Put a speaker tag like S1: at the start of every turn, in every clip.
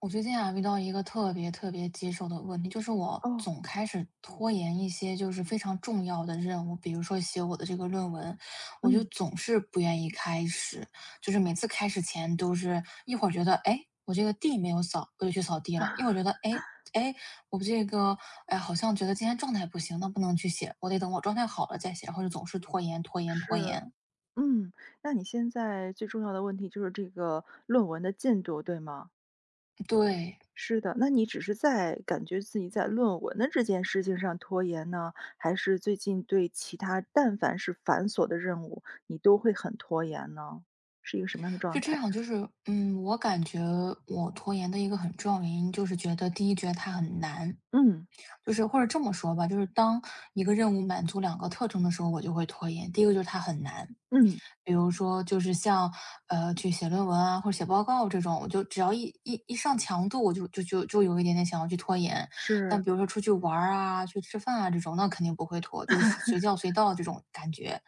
S1: 我最近啊遇到一个特别特别棘手的问题，就是我
S2: 哦，
S1: 总开始拖延一些就是非常重要的任务，比如说写我的这个论文，我就
S2: 嗯，
S1: 总是不愿意开始，就是每次开始前都是一会儿觉得哎，诶我这个地没有扫，我就去扫地了；一会儿觉得哎，诶我这个哎好像觉得今天状态不行，那不能去写，我得等我状态好了再写，然后就总是拖延拖延拖
S2: 是，
S1: 延。
S2: 嗯，那你现在最重要的问题就是这个论文的进度，对吗？
S1: 对，
S2: 是的，那你只是在感觉自己在论文的这件事情上拖延呢，还是最近对其他但凡是繁琐的任务，你都会很拖延呢？是一个什么样的状
S1: 是这
S2: 态？
S1: 样，就是，我感觉我拖延的一个很重要原因，就是觉得第一，觉得它很难，
S2: 嗯，
S1: 就是或者这么说吧，就是当一个任务满足两个特征的时候，我就会拖延。第一个就是它很难，
S2: 嗯，
S1: 比如说就是像去写论文啊或者写报告这种，我就只要一上强度，我就有一点点想要去拖延。但
S2: 是，
S1: 比如说出去玩儿啊、去吃饭啊这种，那肯定不会拖，就是随叫随到这种感觉。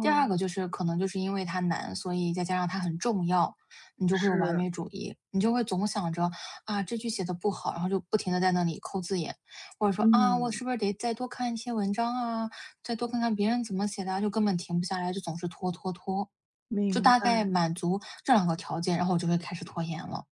S1: 第二个就是可能就是因为它难，所以再加上它很重要，你就会有完
S2: 是，
S1: 美主义，你就会总想着啊这句写的不好，然后就不停的在那里抠字眼，或者说啊我
S2: 嗯，
S1: 是不是得再多看一些文章啊，再多看看别人怎么写的啊，就根本停不下来，就总是拖拖拖，就
S2: 明
S1: 大概
S2: 白。
S1: 满足这两个条件，然后我就会开始拖延了。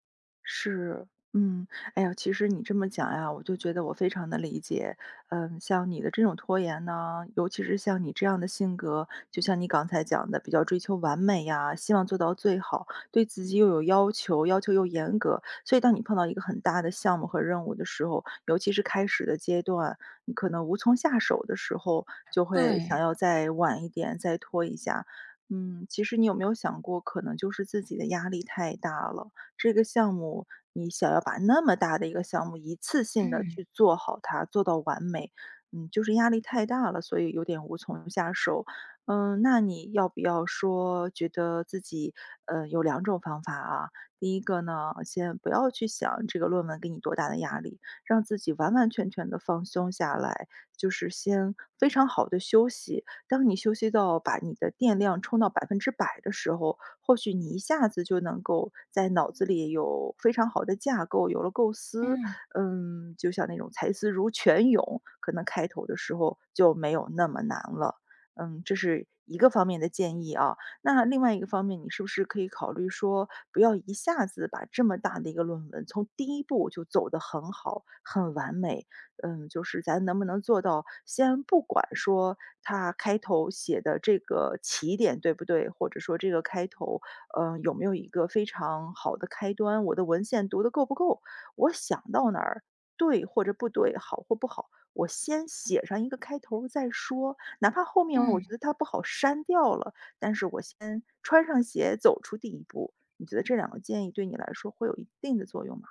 S2: 是，嗯，哎呀，其实你这么讲呀，我就觉得我非常的理解。嗯，像你的这种拖延呢，尤其是像你这样的性格，就像你刚才讲的，比较追求完美呀，希望做到最好，对自己又有要求，要求又严格。所以当你碰到一个很大的项目和任务的时候，尤其是开始的阶段，你可能无从下手的时候，就会想
S1: 对，
S2: 要再晚一点，再拖一下。嗯，其实你有没有想过，可能就是自己的压力太大了。这个项目你想要把那么大的一个项目一次性的
S1: 嗯
S2: 去做好它，做到完美，嗯，就是压力太大了，所以有点无从下手。嗯，那你要不要说觉得自己，有两种方法啊。第一个呢，先不要去想这个论文给你多大的压力，让自己完完全全的放松下来，就是先非常好的休息。当你休息到把你的电量充到百分之百的时候，或许你一下子就能够在脑子里有非常好的架构，有了构思，
S1: 嗯
S2: 嗯，就像那种才思如泉涌，可能开头的时候就没有那么难了。嗯，这是一个方面的建议啊。那另外一个方面，你是不是可以考虑说，不要一下子把这么大的一个论文从第一步就走得很好、很完美，嗯，就是咱能不能做到，先不管说它开头写的这个起点对不对，或者说这个开头，嗯，有没有一个非常好的开端，我的文献读得够不够，我想到哪儿，对或者不对，好或不好，我先写上一个开头儿再说，哪怕后面我觉
S1: 嗯。
S2: 得它不好删掉了，但是我先穿上鞋走出第一步。你觉得这两个建议对你来说会有一定的作用吗？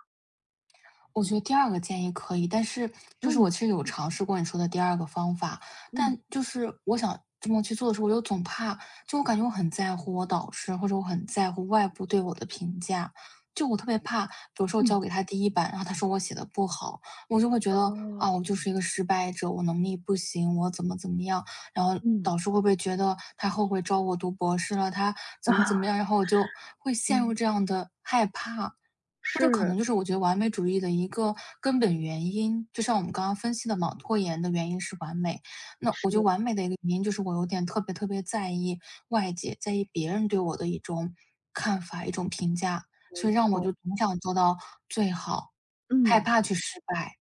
S1: 我觉得第二个建议可以，但是就是我
S2: 嗯，
S1: 其实有尝试过你说的第二个方法，
S2: 嗯
S1: 但就是我想这么去做的时候，我又总怕，就我感觉我很在乎我导师，或者我很在乎外部对我的评价，就我特别怕，比如说我交
S2: 嗯，
S1: 给他第一版，然后他说我写的不好，我就会觉得啊，
S2: 哦，
S1: 我就是一个失败者，我能力不行，我怎么怎么样，然后
S2: 嗯。
S1: 导师会不会觉得他后悔招我读博士了，他怎么怎
S2: 啊，
S1: 么样，然后我就会陷入
S2: 嗯，
S1: 这样的害怕。或者可
S2: 是，
S1: 能就是我觉得完美主义的一个根本原因，就像我们刚刚分析的嘛，拖延的原因是完美。那我觉得
S2: 是，
S1: 完美的一个原因就是我有点特别特别在意外界，在意别人对我的一种看法、一种评价，
S2: 没
S1: 所以让我
S2: 错，
S1: 就总想做到最好，害
S2: 嗯。
S1: 怕去失败。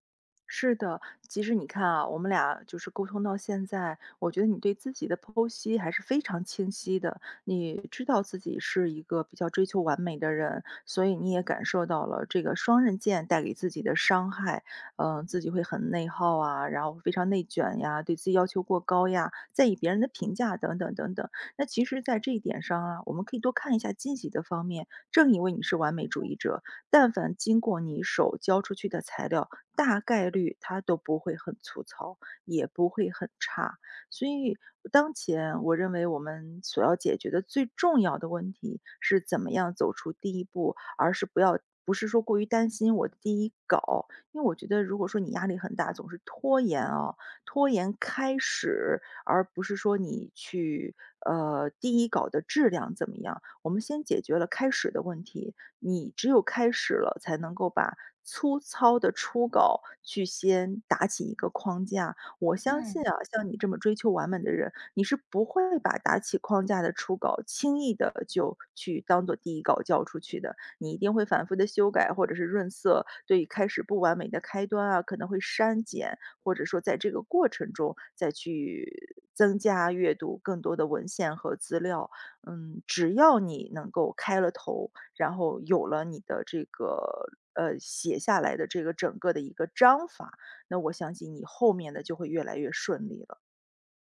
S2: 是的，其实你看啊，我们俩就是沟通到现在，我觉得你对自己的剖析还是非常清晰的。你知道自己是一个比较追求完美的人，所以你也感受到了这个双刃剑带给自己的伤害。嗯、自己会很内耗啊，然后非常内卷呀，对自己要求过高呀，在意别人的评价等等等等。那其实，在这一点上啊，我们可以多看一下积极的方面。正因为你是完美主义者，但凡经过你手交出去的材料，大概率它都不会很粗糙，也不会很差。所以当前我认为我们所要解决的最重要的问题是怎么样走出第一步，而是不要不是说过于担心我的第一稿，因为我觉得如果说你压力很大，总是拖延啊，拖延开始，而不是说你去第一稿的质量怎么样。我们先解决了开始的问题，你只有开始了，才能够把粗糙的初稿去先打起一个框架。我相信
S1: 嗯。
S2: 啊，像你这么追求完美的人，你是不会把打起框架的初稿轻易的就去当做第一稿交出去的。你一定会反复的修改或者是润色，对于开始不完美的开端啊，可能会删减，或者说在这个过程中再去增加阅读更多的文献和资料。嗯，只要你能够开了头，然后有了你的这个写下来的这个整个的一个章法，那我相信你后面的就会越来越顺利了。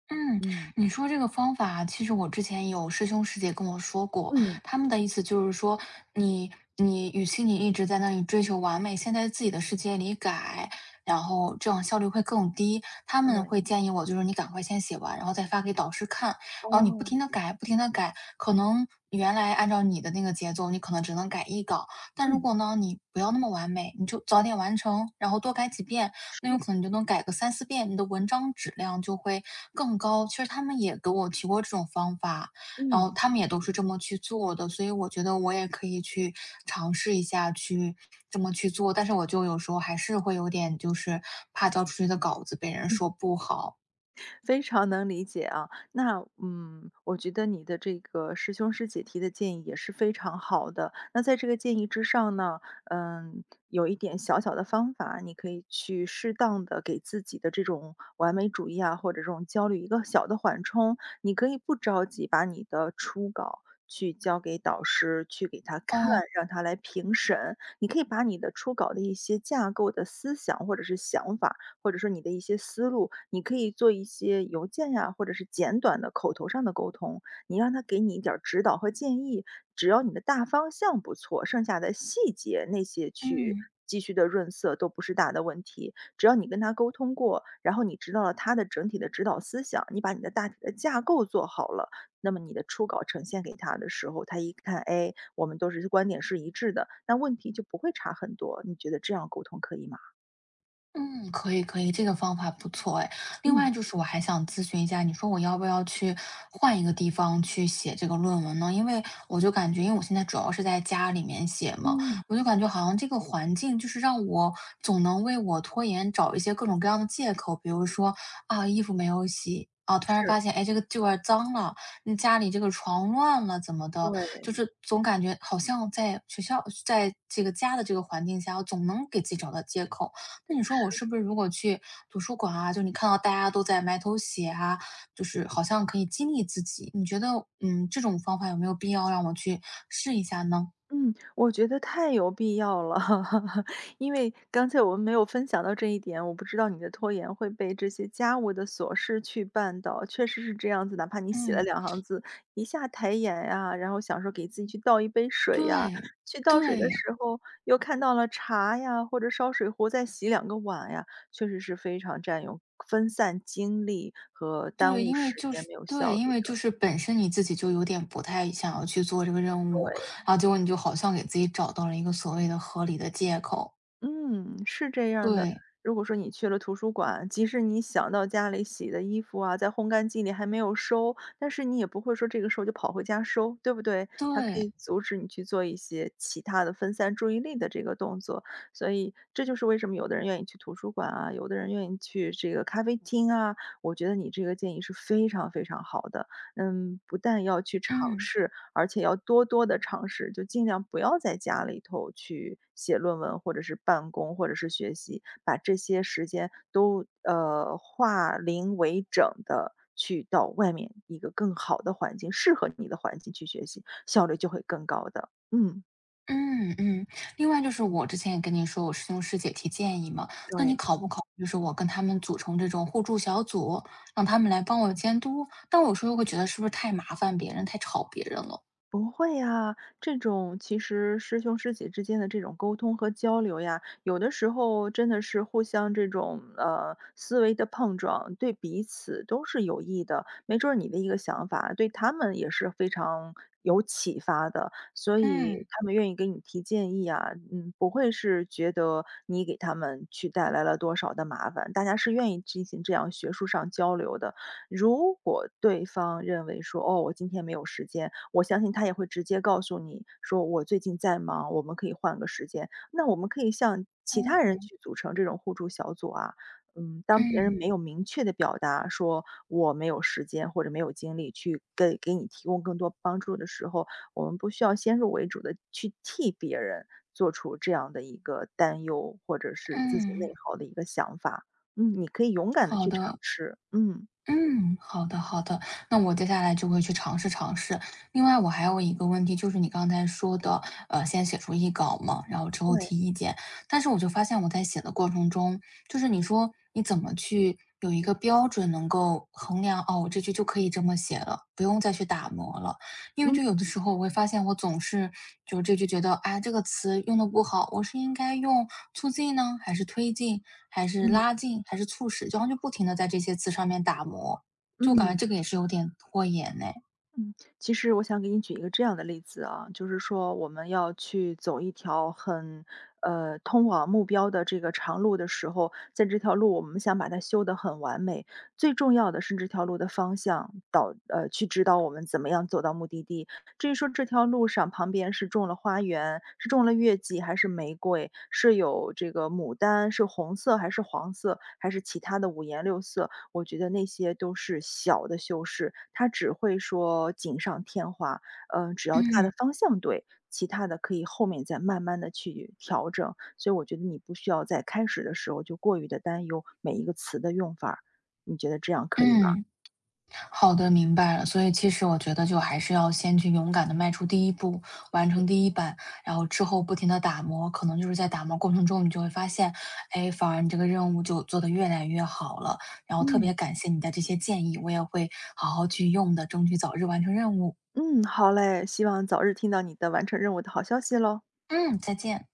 S1: 嗯，
S2: 嗯
S1: 你说这个方法，其实我之前有师兄师姐跟我说过，
S2: 嗯，
S1: 他们的意思就是说，你你与其你一直在那里追求完美，先在自己的世界里改，然后这样效率会更低。他们
S2: 对，
S1: 会建议我，就是你赶快先写完，然后再发给导师看，然后你不
S2: 哦，
S1: 停的改，不停的改，可能原来按照你的那个节奏，你可能只能改一稿，但如
S2: 嗯，
S1: 果呢，你不要那么完美，你就早点完成，然后多改几遍，
S2: 是，
S1: 那有可能你就能改个三四遍，你的文章质量就会更高。其实他们也给我提过这种方法，然后
S2: 嗯。
S1: 他们也都是这么去做的，所以我觉得我也可以去尝试一下去这么去做。但是我就有时候还是会有点就是怕交出去的稿子被人说不好。
S2: 非常能理解啊。那我觉得你的这个师兄师姐提的建议也是非常好的。那在这个建议之上呢，嗯，有一点小小的方法，你可以去适当的给自己的这种完美主义啊，或者这种焦虑一个小的缓冲。你可以不着急把你的初稿。去交给导师，去给他看，
S1: 哦，
S2: 让他来评审。你可以把你的初稿的一些架构的思想或者是想法，或者说你的一些思路，你可以做一些邮件呀，或者是简短的口头上的沟通，你让他给你一点儿指导和建议。只要你的大方向不错，剩下的细节那些去
S1: 嗯。
S2: 继续的润色都不是大的问题。只要你跟他沟通过，然后你知道了他的整体的指导思想，你把你的大体的架构做好了，那么你的初稿呈现给他的时候，他一看，哎，我们都是观点是一致的，那问题就不会差很多。你觉得这样沟通可以吗？
S1: 嗯，可以可以，这个方法不错哎。另
S2: 嗯
S1: 外就是我还想咨询一下，你说我要不要去换一个地方去写这个论文呢？因为我就感觉，因为我现在主要是在家里面写嘛，
S2: 嗯，
S1: 我就感觉好像这个环境就是让我总能为我拖延找一些各种各样的借口，比如说啊，衣服没有洗。啊，突然
S2: 是。
S1: 发现，哎，这个地方脏了，那家里这个床乱了，怎么的？就
S2: 对，
S1: 是总感觉好像在学校，在这个家的这个环境下，我总能给自己找到借口。那你说我
S2: 是，
S1: 是不是如果去图书馆啊，就你看到大家都在埋头写啊，就是好像可以激励自己，你觉得，嗯，这种方法有没有必要让我去试一下呢？
S2: 嗯，我觉得太有必要了，因为刚才我们没有分享到这一点，我不知道你的拖延会被这些家务的琐事去绊倒，确实是这样子，哪怕你写了
S1: 嗯，
S2: 两行字，一下抬眼呀，然后想说给自己去倒一杯水呀，
S1: 对，
S2: 去倒水的
S1: 对，
S2: 时候又看到了茶呀，或者烧水壶再洗两个碗呀，确实是非常占用、分散精力和耽
S1: 对，
S2: 误
S1: 因为
S2: 时
S1: 就
S2: 间，
S1: 是
S2: 没有效
S1: 对，因
S2: 率。
S1: 为就是本身你自己就有点不太想要去做这个任务，
S2: 对。
S1: 然后结果你就好像给自己找到了一个所谓的合理的借口。
S2: 嗯，是这样的。
S1: 对，
S2: 如果说你去了图书馆，即使你想到家里洗的衣服啊，在烘干机里还没有收，但是你也不会说这个时候就跑回家收，对不对？它可
S1: 对，
S2: 以阻止你去做一些其他的分散注意力的这个动作。所以这就是为什么有的人愿意去图书馆啊，有的人愿意去这个咖啡厅啊。我觉得你这个建议是非常非常好的。嗯，不但要去尝
S1: 嗯。
S2: 试，而且要多多的尝试，就尽量不要在家里头去写论文，或者是办公，或者是学习，把这些时间都，化零为整的去到外面一个更好的环境，适合你的环境去学习，效率就会更高的。嗯，
S1: 嗯嗯，另外就是我之前也跟您说，我师兄师姐提建议嘛，那你
S2: 对。
S1: 考不考虑就是我跟他们组成这种互助小组，让他们来帮我监督？但我有时候又会觉得是不是太麻烦别人，太吵别人了。
S2: 不会呀，这种其实师兄师姐之间的这种沟通和交流呀，有的时候真的是互相这种思维的碰撞，对彼此都是有益的。没准儿你的一个想法对他们也是非常有启发的，所以
S1: 嗯
S2: 他们愿意给你提建议啊，嗯，不会是觉得你给他们去带来了多少的麻烦，大家是愿意进行这样学术上交流的。如果对方认为说，哦，我今天没有时间，我相信他也会直接告诉你说，我最近在忙，我们可以换个时间。那我们可以向其他人去组成这种互助小组啊。嗯，当别人
S1: 嗯
S2: 没有明确的表达说我没有时间或者没有精力去给你提供更多帮助的时候，我们不需要先入为主的去替别人做出这样的一个担忧，或者是自己内
S1: 嗯，
S2: 耗的一个想法。嗯，你可以勇敢的
S1: 好
S2: 去尝
S1: 的。
S2: 试。嗯，
S1: 嗯，好的好的，那我接下来就会去尝试尝试。另外我还有一个问题，就是你刚才说的，先写出一稿嘛，然后之后
S2: 对。
S1: 提意见。但是我就发现我在写的过程中，就是你说你怎么去有一个标准能够衡量，哦，我这句就可以这么写了，不用再去打磨了。因为就
S2: 嗯
S1: 有的时候我会发现，我总是就这就觉得，啊，这个词用的不好，我是应该用促进呢，还是推进，还是
S2: 嗯
S1: 拉近，还是促使？就好像就不停的在这些词上面打磨，就感觉
S2: 嗯
S1: 这个也是有点拖延呢。
S2: 嗯，其实我想给你举一个这样的例子啊，就是说我们要去走一条很通往目标的这个长路的时候，在这条路我们想把它修得很完美，最重要的是这条路的方向去指导我们怎么样走到目的地。至于说这条路上旁边是种了花园，是种了月季还是玫瑰，是有这个牡丹，是红色还是黄色，还是其他的五颜六色，我觉得那些都是小的修饰，它只会说锦上添花。嗯，只要大的
S1: 嗯
S2: 方向对，其他的可以后面再慢慢的去调整。所以我觉得你不需要在开始的时候就过于的担忧每一个词的用法儿你觉得这样可以吗？
S1: 嗯。好的，明白了。所以其实我觉得就还是要先去勇敢的迈出第一步，完成第一版，然后之后不停的打磨，可能就是在打磨过程中，你就会发现，哎，反而你这个任务就做得越来越好了。然后特
S2: 嗯。
S1: 别感谢你的这些建议，我也会好好去用的，争取早日完成任务。
S2: 嗯，好嘞，希望早日听到你的完成任务的好消息喽。
S1: 嗯，再见。